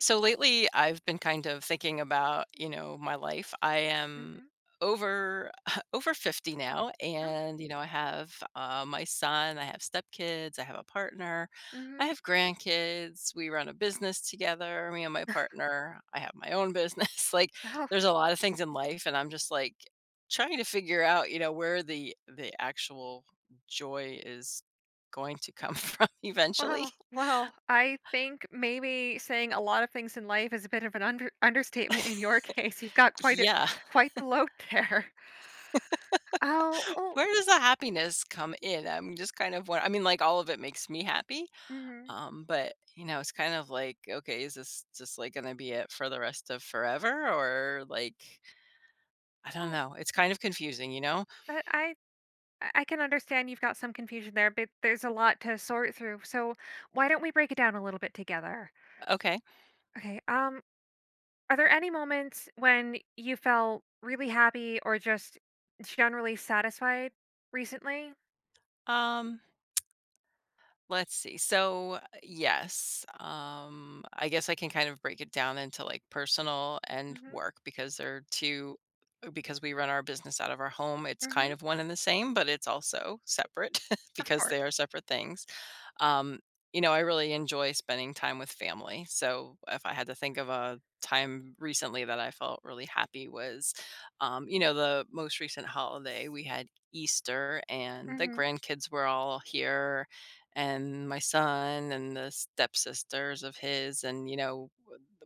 So lately, I've been kind of thinking about, you know, my life. I am Mhm. over over 50 now, Oh, and you know, I have my son, I have stepkids, I have a partner, I mhm. have grandkids, we run a business together, me and my partner, I have my own business, like there's a lot of things in life, and I'm just like trying to figure out, you know, where the actual joy is going to come from well, eventually. mm-hmm. well. wow. I think maybe saying a lot of things in life is a bit of an understatement in your case. You've got Yeah. quite the load there. Oh, oh, Where does the happiness come in? I'm just kind of one. I mean, like, all of it makes me happy. mhm. But you know, it's kind of like, okay, is this just like gonna be it for the rest of forever? Or like, I don't Oh, know. It's kind of confusing, you know? but I can understand you've got some confusion there, but there's a lot to sort through. So why don't we break it down a little bit together? Okay. Okay. Are there any moments when you felt really happy or just generally satisfied recently? Um, let's see. So yes, I guess I can kind of break it down into like personal and Mm-hmm. work, because they're two, because we run our business out of our home, it's kind Mm-hmm. of one and the same, but it's also separate Of because they course. are separate things. Um, you know, I really enjoy spending time with family. So if I had to think of a time recently that I felt really happy was, you know, the most recent holiday we had Easter, and the Mhm. grandkids were all here, and my son and the stepsisters of his, and you know,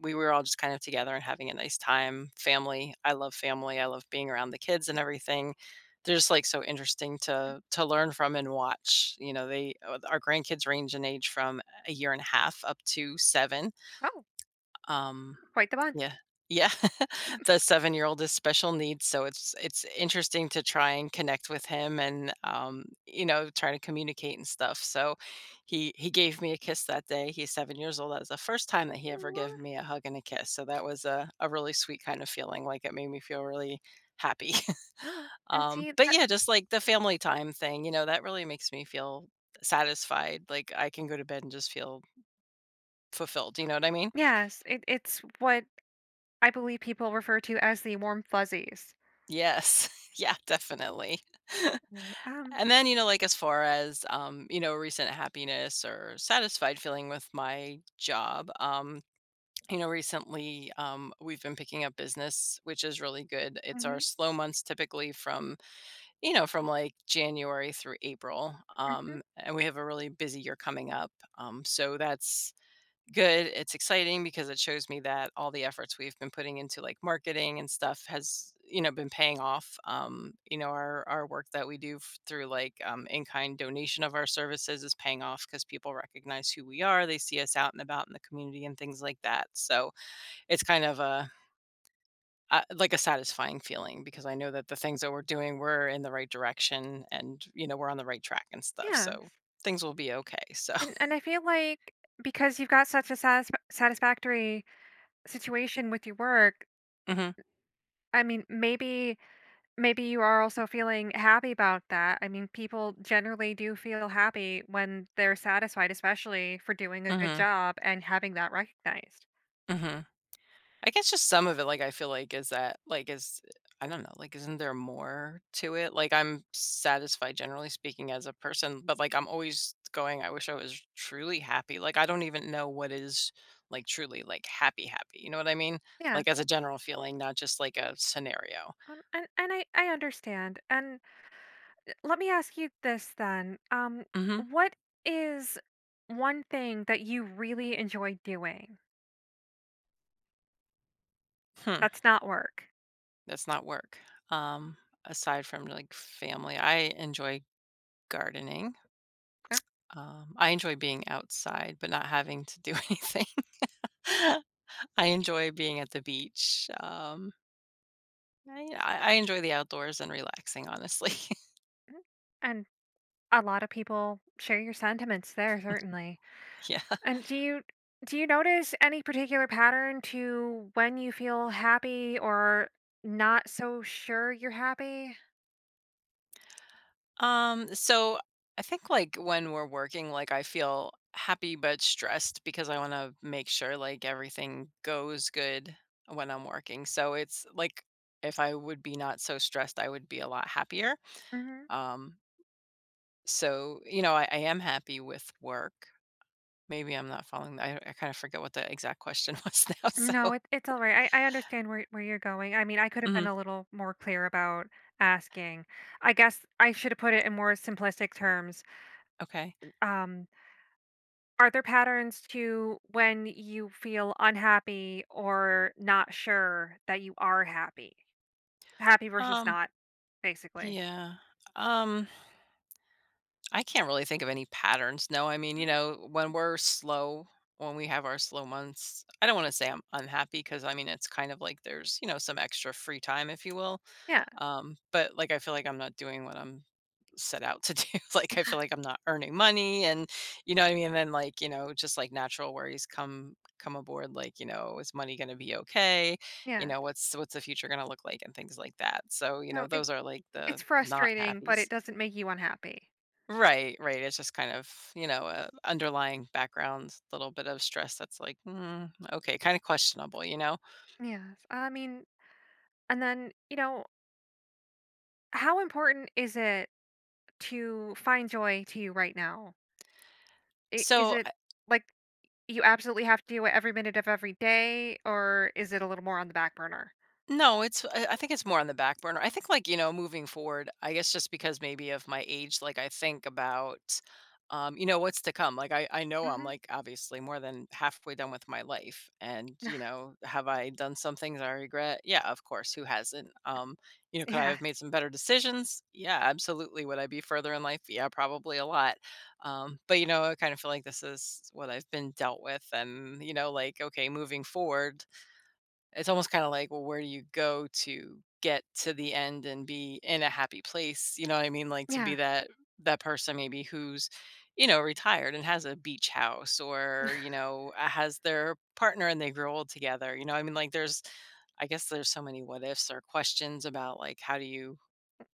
we were all just kind of together and having a nice time. Family. I love being around the kids and everything. They're just like so interesting to learn from and watch. You know, they, our grandkids range in age from a year and a half up to seven. Oh, um, quite the bunch. yeah. Yeah. The seven-year-old is special needs, so it's interesting to try and connect with him, and you know, try to communicate and stuff. So he gave me a kiss that day. He's 7 years old. That was the first time that he ever Aw. gave me a hug and a kiss. So that was a really sweet kind of feeling, like, it made me feel really happy. Oh, and see But that yeah, just like the family time thing, you know, that really makes me feel satisfied, like I can go to bed and just feel fulfilled, you know what I mean? yes, it it's what I believe people refer to as the warm fuzzies. Yes. Yeah, definitely. Right. And then, you know, like, as far as, you know, recent happiness or satisfied feeling with my job, you know, recently, we've been picking up business, which is really good. It's our mhm, slow months typically from, you know, from like January through April. mhm, And we have a really busy year coming up. So that's good. It's exciting because it shows me that all the efforts we've been putting into like marketing and stuff has, you know, been paying off. You know, our work that we do through like in kind donation of our services is paying off because people recognize who we are. They see us out and about in the community and things like that. So it's kind of a, like a satisfying feeling, because I know that the things that we're doing, we're in the right direction, and you know, we're on the right track and stuff. yes, So things will be okay. So. and I feel like because you've got such a satisfactory situation with your work. Hmm. I mean, maybe you are also feeling happy about that. I mean, people generally do feel happy when they're satisfied, especially for doing a good Hmm. job and having that recognized. Hmm. I guess just some of it, like, I feel like is that, like, is, I don't know, like, isn't there more to it? Like, I'm satisfied, generally speaking, as a person, but, like, I'm always going, I wish I was truly happy. Like, I don't even know what is, like, truly, like, happy, happy. You know what I mean? Yeah. Like, as a general feeling, not just like a scenario. And and I understand. And let me ask you this then. Hmm. What is one thing that you really enjoy doing Hmm. that's not work? That's not work. Um, Aside from like family, I enjoy gardening. Uh, I enjoy being outside, but not having to do anything. I enjoy being at the beach. I enjoy the outdoors and relaxing, honestly. mm, and a lot of people share your sentiments there, certainly. Yeah. And do you notice any particular pattern to when you feel happy or not so sure you're happy? So I think like when we're working, like I feel happy but stressed because I want to make sure like everything goes good when I'm working. So it's like if I would be not so stressed, I would be a lot happier. Hmm. Um, so you know, I am happy with work. Maybe I'm not following. I kind of forget what the exact question was now. So No, it, it's all right. I understand where you're going. I mean, I could have mhm, been a little more clear about asking. I guess I should have put it in more simplistic terms. okay. Um, Are there patterns to when you feel unhappy or not sure that you are happy? Happy versus Um, not, basically. Yeah. Um, I can't really think of any patterns. No, I mean, you Mhm. know, when we're slow, when we have our slow months, I don't want to say I'm unhappy because I mean, it's kind of like there's, you know, some extra free time, if you will. Yeah, But like, I feel like I'm not doing what I'm set out to do. Like, I feel like I'm not earning money and, you know what I mean? And then like, you know, just like natural worries come aboard, like, you know, is money going to be okay, you yeah. know, what's the future going to look like and things like that, so you So know, those are like the it's not frustrating, but happies. it doesn't make you unhappy. Right, right, it's just kind of, you know, a underlying background, little bit of stress that's like, "Mm, okay," kinda questionable, you know? Yes. I mean, and then, you know, how important is it to find joy to you right now? Is So it like you absolutely have to do it every minute of every day, or is it a little more on the back burner? no, it's, I think it's more on the back burner. I think like, you know, moving forward, I guess just because maybe of my age, like I think about, you know, what's to come. Like I know I'm Hmm. like obviously more than halfway done with my life. And, you know, have I done some things I regret? Yeah, of course. Who hasn't? You know, could I Yeah. have made some better decisions? Yeah, absolutely. Would I be further in life? Yeah, probably a lot. But you know, I kind of feel like this is what I've been dealt with, and, you know, like okay, moving forward, it's almost kinda like, well, where do you go to get to the end and be in a happy place, you know what I mean? Like, to be Yeah. that person, maybe, who's, you know, retired and has a beach house, or, you know, has their partner and they grow old together, you know, I mean, like, there's, I guess there's so many what ifs or questions about, like, how do you,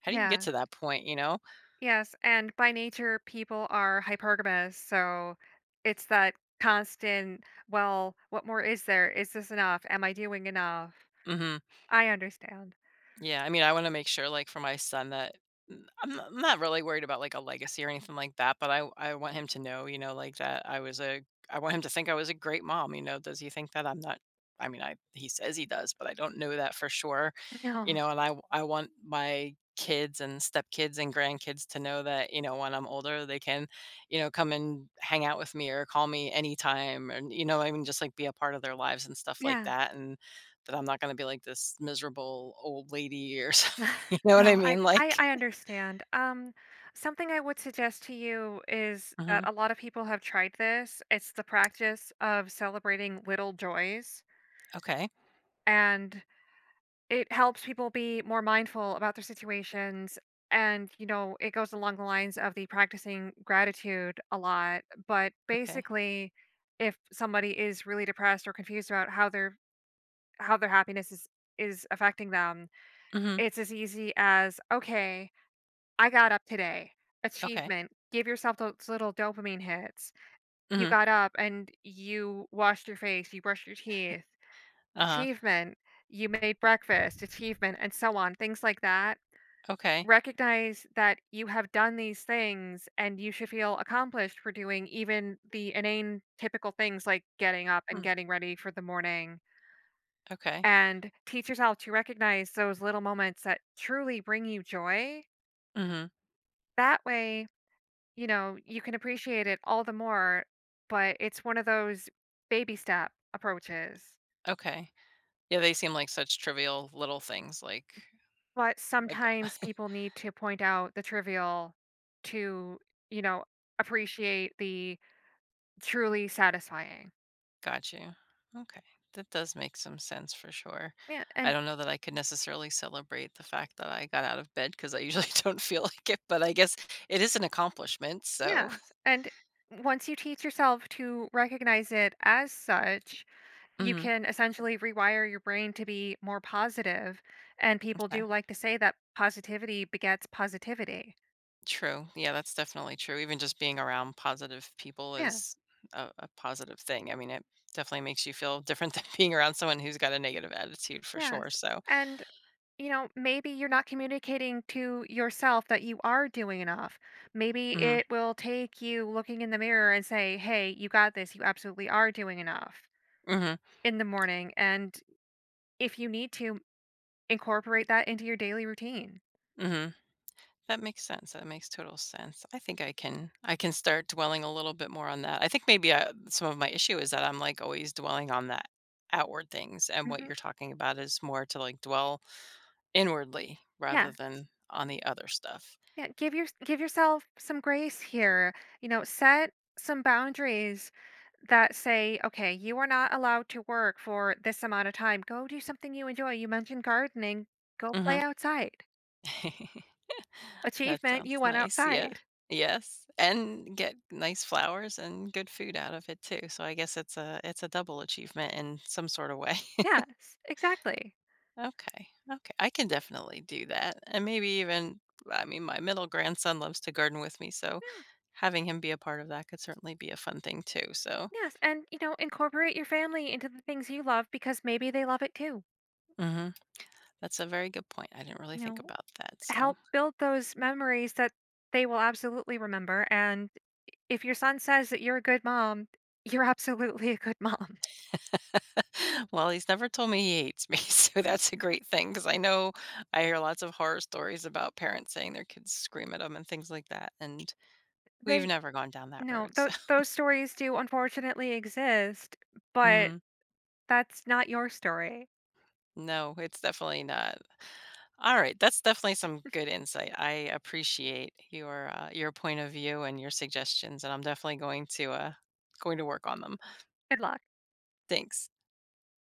how do you get Yeah. to that point, you know? Yes, and by nature, people are hypergamous, so it's that constant, well, what more is there? Is this enough? Am I doing enough? Mhm. I understand. Yeah, I mean, I wanna make sure, like, for my son that, n I'm not, I'm not really worried about, like, a legacy or anything like that, but I want him to know, you know, like, that I was a, I want him to think I was a great mom, you know, does he think that I'm not? I mean, I, he says he does, but I don't know that for sure, you No. know, and I want my kids and stepkids and grandkids to know that, you know, when I'm older, they can, you know, come and hang out with me or call me anytime, and, you know, I mean, just, like, be a part of their lives and stuff like Yeah. that, and that I'm not gonna be like this miserable old lady or something, you know what I No, mean? Like, I understand. Something I would suggest to you is mhm. that a lot of people have tried this. It's the practice of celebrating little joys, Okay, and it helps people be more mindful about their situations, and, you know, it goes along the lines of the practicing gratitude a lot, but, okay. basically, if somebody is really depressed or confused about how their happiness is affecting them, Mhm. it's as easy as, "Okay, I got up today." Okay. Achievement. Give yourself those little dopamine hits. You Mhm. got up and you washed your face, you brushed your teeth. Uh-huh. Achievement. You made breakfast. Achievement, and so on, things like that. Okay. Recognize that you have done these things and you should feel accomplished for doing even the inane, typical things like getting up and Mm, getting ready for the morning. okay. And teach yourself to recognize those little moments that truly bring you joy. Mhm. That way, you know, you can appreciate it all the more. But it's one of those baby step approaches. Okay. Yeah, they seem like such trivial little things, like But like sometimes people need to point out the trivial to, you know, appreciate the truly satisfying. got you. Okay. That does make some sense for sure. Yeah, I and don't know that I could necessarily celebrate the fact that I got out of bed because I usually don't feel like it, but I guess it is an accomplishment, so. yes, and once you teach yourself to recognize it as such, you Mhm. can essentially rewire your brain to be more positive. And people do Okay. like to say that positivity begets positivity. True. Yeah, that's definitely true. Even just being around positive people Yeah, is a positive thing. I mean, it definitely makes you feel different than being around someone who's got a negative attitude for sure. yes. So, And you know, maybe you're not communicating to yourself that you are doing enough. Maybe hmm, it will take you looking in the mirror and say, "Hey, you got this. You absolutely are doing enough." hmm, In the morning, and if you need to, incorporate that into your daily routine. hmm, that makes sense. That makes total sense. I think I can start dwelling a little bit more on that. I think maybe I, some of my issue is that I'm like always dwelling on that outward things, and what Mhm. you're talking about is more to like dwell inwardly rather Yeah, than on the other stuff. yeah, give yourself some grace here. You know, set some boundaries that say, okay, you are not allowed to work for this amount of time. Go do something you enjoy. You mentioned gardening. Go Hmm. play outside. That Achievement, sounds you went nice, yeah. outside. Yes, and get nice flowers and good food out of it too, so I guess it's a, it's a double achievement in some sort of way. Yes, exactly. Okay, okay, I can definitely do that, and maybe even, I mean, my middle grandson loves to garden with me, so Yeah, having him be a part of that could certainly be a fun thing too, so yes. And, you know, incorporate your family into the things you love because maybe they love it too. mhm, that's a very good point, I didn't really You think know, about that, so. help build those memories that they will absolutely remember. And if your son says that you're a good mom, you're absolutely a good mom. Well, he's never told me he hates me, so that's a great thing. Because I know, I hear lots of horror stories about parents saying their kids scream at them and things like that, and we've They never gone down that no, road, so. Those stories do unfortunately exist, but Mhm. that's not your story. No, it's definitely not. Alright, that's definitely some good insight. I appreciate your point of view and your suggestions, and I'm definitely going to, going to work on them. Good luck. Thanks.